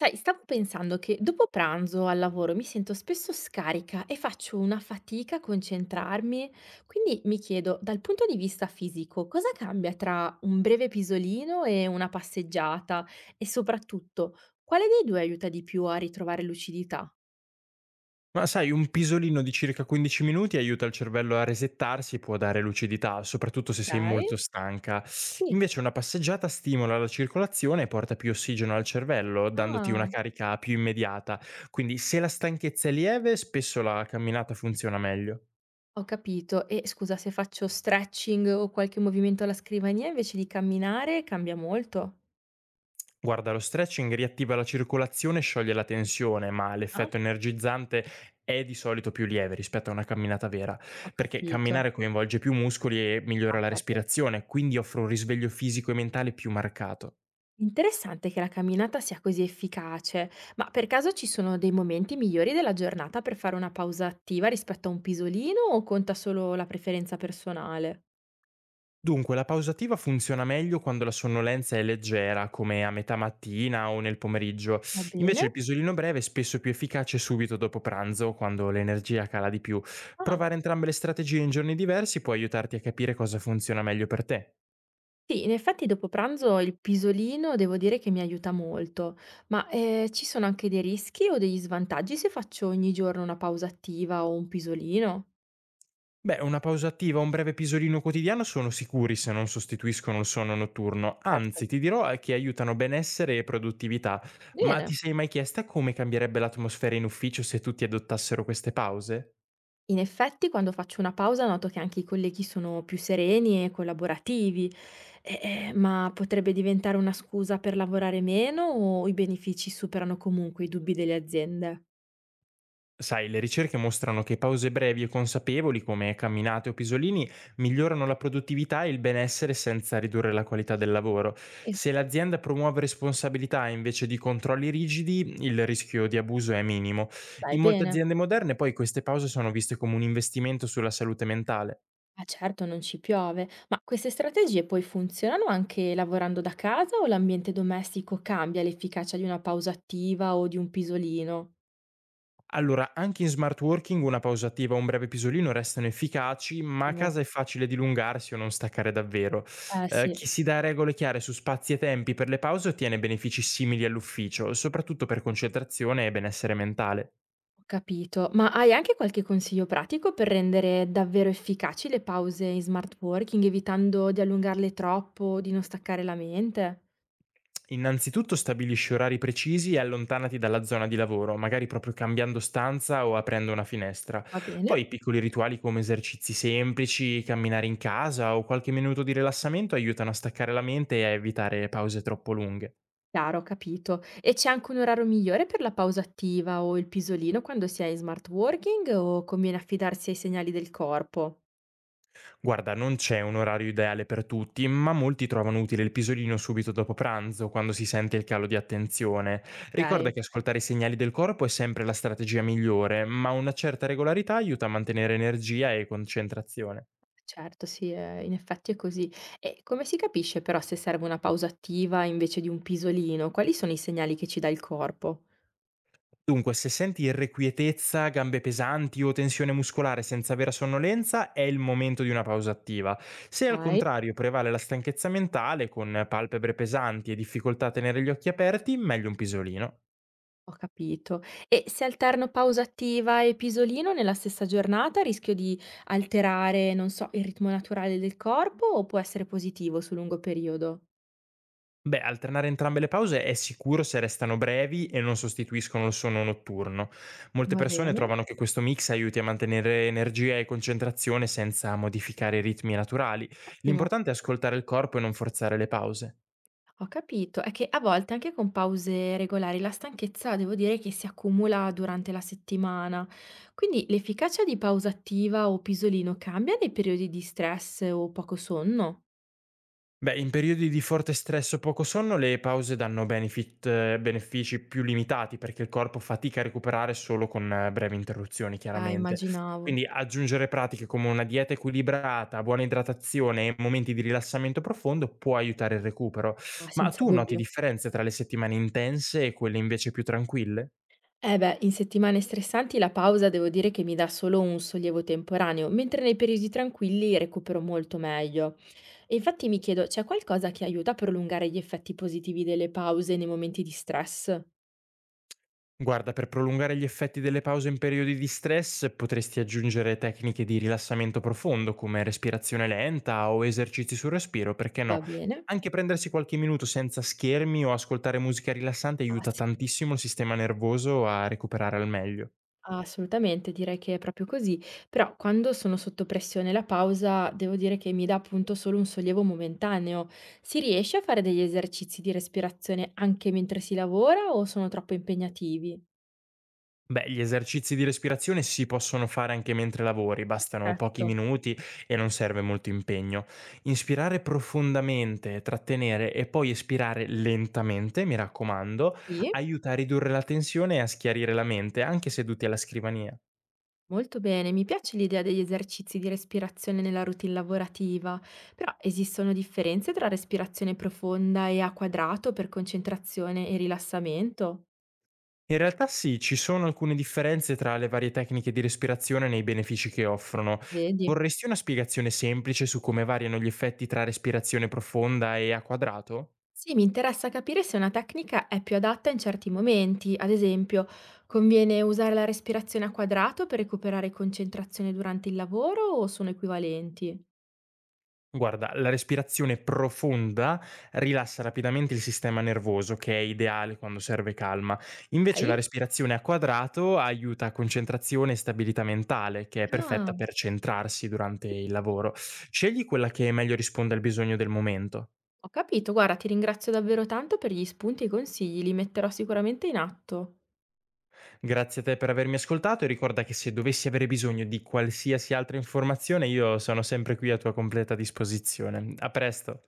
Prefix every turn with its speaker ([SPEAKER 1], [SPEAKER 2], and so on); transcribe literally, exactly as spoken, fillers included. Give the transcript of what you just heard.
[SPEAKER 1] Sai, stavo pensando che dopo pranzo al lavoro mi sento spesso scarica e faccio una fatica a concentrarmi, quindi mi chiedo, dal punto di vista fisico, cosa cambia tra un breve pisolino e una passeggiata? E soprattutto, quale dei due aiuta di più a ritrovare lucidità?
[SPEAKER 2] Ma sai, un pisolino di circa quindici minuti aiuta il cervello a resettarsi e può dare lucidità, soprattutto se
[SPEAKER 1] Ok,
[SPEAKER 2] sei molto stanca.
[SPEAKER 1] sì.
[SPEAKER 2] Invece una passeggiata stimola la circolazione e porta più ossigeno al cervello, dandoti una
[SPEAKER 1] Ah,
[SPEAKER 2] carica più immediata. Quindi se la stanchezza è lieve, spesso la camminata funziona meglio.
[SPEAKER 1] ho capito. E scusa, se faccio stretching o qualche movimento alla scrivania invece di camminare, cambia molto?
[SPEAKER 2] Guarda, lo stretching riattiva la circolazione e scioglie la tensione, ma
[SPEAKER 1] Ah,
[SPEAKER 2] l'effetto energizzante è di solito più lieve rispetto a una camminata vera,
[SPEAKER 1] ho
[SPEAKER 2] perché
[SPEAKER 1] capito.
[SPEAKER 2] camminare coinvolge più muscoli e
[SPEAKER 1] Ah,
[SPEAKER 2] migliora la
[SPEAKER 1] certo.
[SPEAKER 2] respirazione, quindi offre un risveglio fisico e mentale più marcato.
[SPEAKER 1] Interessante che la camminata sia così efficace, ma per caso ci sono dei momenti migliori della giornata per fare una pausa attiva rispetto a un pisolino o conta solo la preferenza personale?
[SPEAKER 2] Dunque, la pausativa funziona meglio quando la sonnolenza è leggera, come a metà mattina o nel pomeriggio.
[SPEAKER 1] Va
[SPEAKER 2] Invece
[SPEAKER 1] bene?
[SPEAKER 2] il pisolino breve è spesso più efficace subito dopo pranzo, quando l'energia cala di più.
[SPEAKER 1] Ah,
[SPEAKER 2] Provare entrambe le strategie in giorni diversi può aiutarti a capire cosa funziona meglio per te.
[SPEAKER 1] sì, in effetti dopo pranzo il pisolino devo dire che mi aiuta molto, ma eh, ci sono anche dei rischi o degli svantaggi se faccio ogni giorno una pausa attiva o un pisolino?
[SPEAKER 2] Beh, una pausa attiva o un breve pisolino quotidiano sono sicuri se non sostituiscono il sonno notturno,
[SPEAKER 1] Certo.
[SPEAKER 2] anzi ti dirò eh, che aiutano benessere e produttività, ma ti
[SPEAKER 1] Bene.
[SPEAKER 2] sei mai chiesta come cambierebbe l'atmosfera in ufficio se tutti adottassero queste pause?
[SPEAKER 1] In effetti, quando faccio una pausa noto che anche i colleghi sono più sereni e collaborativi. Eh, eh, ma potrebbe diventare una scusa per lavorare meno o i benefici superano comunque i dubbi delle aziende?
[SPEAKER 2] Sai, le ricerche mostrano che pause brevi e consapevoli, come camminate o pisolini, migliorano la produttività e il benessere senza ridurre la qualità del lavoro.
[SPEAKER 1] Sì.
[SPEAKER 2] Se l'azienda promuove responsabilità invece di controlli rigidi, il rischio di abuso è minimo.
[SPEAKER 1] Sai
[SPEAKER 2] In molte
[SPEAKER 1] bene,
[SPEAKER 2] aziende moderne poi queste pause sono viste come un investimento sulla salute mentale.
[SPEAKER 1] ma certo non ci piove, ma queste strategie poi funzionano anche lavorando da casa o l'ambiente domestico cambia l'efficacia di una pausa attiva o di un pisolino?
[SPEAKER 2] Allora, anche in smart working una pausa attiva o un breve pisolino restano efficaci, ma a
[SPEAKER 1] Ottimo.
[SPEAKER 2] casa è facile dilungarsi o non staccare davvero.
[SPEAKER 1] Eh
[SPEAKER 2] Eh,
[SPEAKER 1] sì.
[SPEAKER 2] chi si dà regole chiare su spazi e tempi per le pause ottiene benefici simili all'ufficio, soprattutto per concentrazione e benessere mentale.
[SPEAKER 1] Ho capito, ma hai anche qualche consiglio pratico per rendere davvero efficaci le pause in smart working, evitando di allungarle troppo o di non staccare la mente?
[SPEAKER 2] Innanzitutto stabilisci orari precisi e allontanati dalla zona di lavoro, magari proprio cambiando stanza o aprendo una finestra.
[SPEAKER 1] Va bene?
[SPEAKER 2] Poi piccoli rituali come esercizi semplici, camminare in casa o qualche minuto di rilassamento aiutano a staccare la mente e a evitare pause troppo lunghe.
[SPEAKER 1] Chiaro, ho capito. E c'è anche un orario migliore per la pausa attiva o il pisolino quando si è in smart working o conviene affidarsi ai segnali del corpo?
[SPEAKER 2] Guarda, non c'è un orario ideale per tutti, ma molti trovano utile il pisolino subito dopo pranzo, quando si sente il calo di attenzione. Ricorda
[SPEAKER 1] Ok,
[SPEAKER 2] che ascoltare i segnali del corpo è sempre la strategia migliore, ma una certa regolarità aiuta a mantenere energia e concentrazione.
[SPEAKER 1] certo, sì, eh, in effetti è così. E come si capisce però se serve una pausa attiva invece di un pisolino? Quali sono i segnali che ci dà il corpo?
[SPEAKER 2] Dunque, se senti irrequietezza, gambe pesanti o tensione muscolare senza vera sonnolenza, è il momento di una pausa attiva. Se al
[SPEAKER 1] Ok.
[SPEAKER 2] contrario prevale la stanchezza mentale, con palpebre pesanti e difficoltà a tenere gli occhi aperti, meglio un pisolino.
[SPEAKER 1] Ho capito. E se alterno pausa attiva e pisolino nella stessa giornata, rischio di alterare, non so, il ritmo naturale del corpo o può essere positivo su lungo periodo?
[SPEAKER 2] Beh, alternare entrambe le pause è sicuro se restano brevi e non sostituiscono il sonno notturno. Molte
[SPEAKER 1] Va
[SPEAKER 2] persone
[SPEAKER 1] bene?
[SPEAKER 2] trovano che questo mix aiuti a mantenere energia e concentrazione senza modificare i ritmi naturali.
[SPEAKER 1] Ottimo.
[SPEAKER 2] L'importante è ascoltare il corpo e non forzare le pause.
[SPEAKER 1] Ho capito. È che a volte anche con pause regolari la stanchezza devo dire che si accumula durante la settimana. Quindi l'efficacia di pausa attiva o pisolino cambia nei periodi di stress o poco sonno?
[SPEAKER 2] Beh, in periodi di forte stress o poco sonno le pause danno benefit eh, benefici più limitati perché il corpo fatica a recuperare solo con eh, brevi interruzioni,
[SPEAKER 1] Ah,
[SPEAKER 2] chiaramente.
[SPEAKER 1] immaginavo.
[SPEAKER 2] Quindi aggiungere pratiche come una dieta equilibrata, buona idratazione e momenti di rilassamento profondo può aiutare il recupero.
[SPEAKER 1] Ah,
[SPEAKER 2] Ma
[SPEAKER 1] senza
[SPEAKER 2] tu noti
[SPEAKER 1] dubbio.
[SPEAKER 2] differenze tra le settimane intense e quelle invece più tranquille?
[SPEAKER 1] Eh beh, in settimane stressanti la pausa devo dire che mi dà solo un sollievo temporaneo, mentre nei periodi tranquilli recupero molto meglio. E infatti mi chiedo, c'è qualcosa che aiuta a prolungare gli effetti positivi delle pause nei momenti di stress?
[SPEAKER 2] Guarda, per prolungare gli effetti delle pause in periodi di stress potresti aggiungere tecniche di rilassamento profondo come respirazione lenta o esercizi sul respiro, perché
[SPEAKER 1] Va
[SPEAKER 2] no?
[SPEAKER 1] bene?
[SPEAKER 2] Anche prendersi qualche minuto senza schermi o ascoltare musica rilassante
[SPEAKER 1] Ah
[SPEAKER 2] aiuta
[SPEAKER 1] sì,
[SPEAKER 2] tantissimo il sistema nervoso a recuperare al meglio.
[SPEAKER 1] assolutamente, direi che è proprio così. Però quando sono sotto pressione la pausa, devo dire che mi dà appunto solo un sollievo momentaneo. Si riesce a fare degli esercizi di respirazione anche mentre si lavora o sono troppo impegnativi?
[SPEAKER 2] Beh, gli esercizi di respirazione si possono fare anche mentre lavori, bastano pochi
[SPEAKER 1] Certo.
[SPEAKER 2] minuti e non serve molto impegno. Inspirare profondamente, trattenere e poi espirare lentamente, mi raccomando,
[SPEAKER 1] Sì?
[SPEAKER 2] aiuta a ridurre la tensione e a schiarire la mente, anche seduti alla scrivania.
[SPEAKER 1] Molto bene, mi piace l'idea degli esercizi di respirazione nella routine lavorativa, però esistono differenze tra respirazione profonda e a quadrato per concentrazione e rilassamento?
[SPEAKER 2] In realtà sì, ci sono alcune differenze tra le varie tecniche di respirazione nei benefici che offrono.
[SPEAKER 1] Vedi?
[SPEAKER 2] Vorresti una spiegazione semplice su come variano gli effetti tra respirazione profonda e a quadrato?
[SPEAKER 1] Sì, mi interessa capire se una tecnica è più adatta in certi momenti, ad esempio, conviene usare la respirazione a quadrato per recuperare concentrazione durante il lavoro o sono equivalenti?
[SPEAKER 2] Guarda, la respirazione profonda rilassa rapidamente il sistema nervoso, che è ideale quando serve calma. Invece la
[SPEAKER 1] Sai?
[SPEAKER 2] respirazione a quadrato aiuta a concentrazione e stabilità mentale, che è
[SPEAKER 1] Ah,
[SPEAKER 2] perfetta per centrarsi durante il lavoro. Scegli quella che meglio risponde al bisogno del momento.
[SPEAKER 1] ho capito, guarda, ti ringrazio davvero tanto per gli spunti e i consigli, li metterò sicuramente in atto.
[SPEAKER 2] Grazie a te per avermi ascoltato e ricorda che se dovessi avere bisogno di qualsiasi altra informazione, io sono sempre qui a tua completa disposizione. A presto.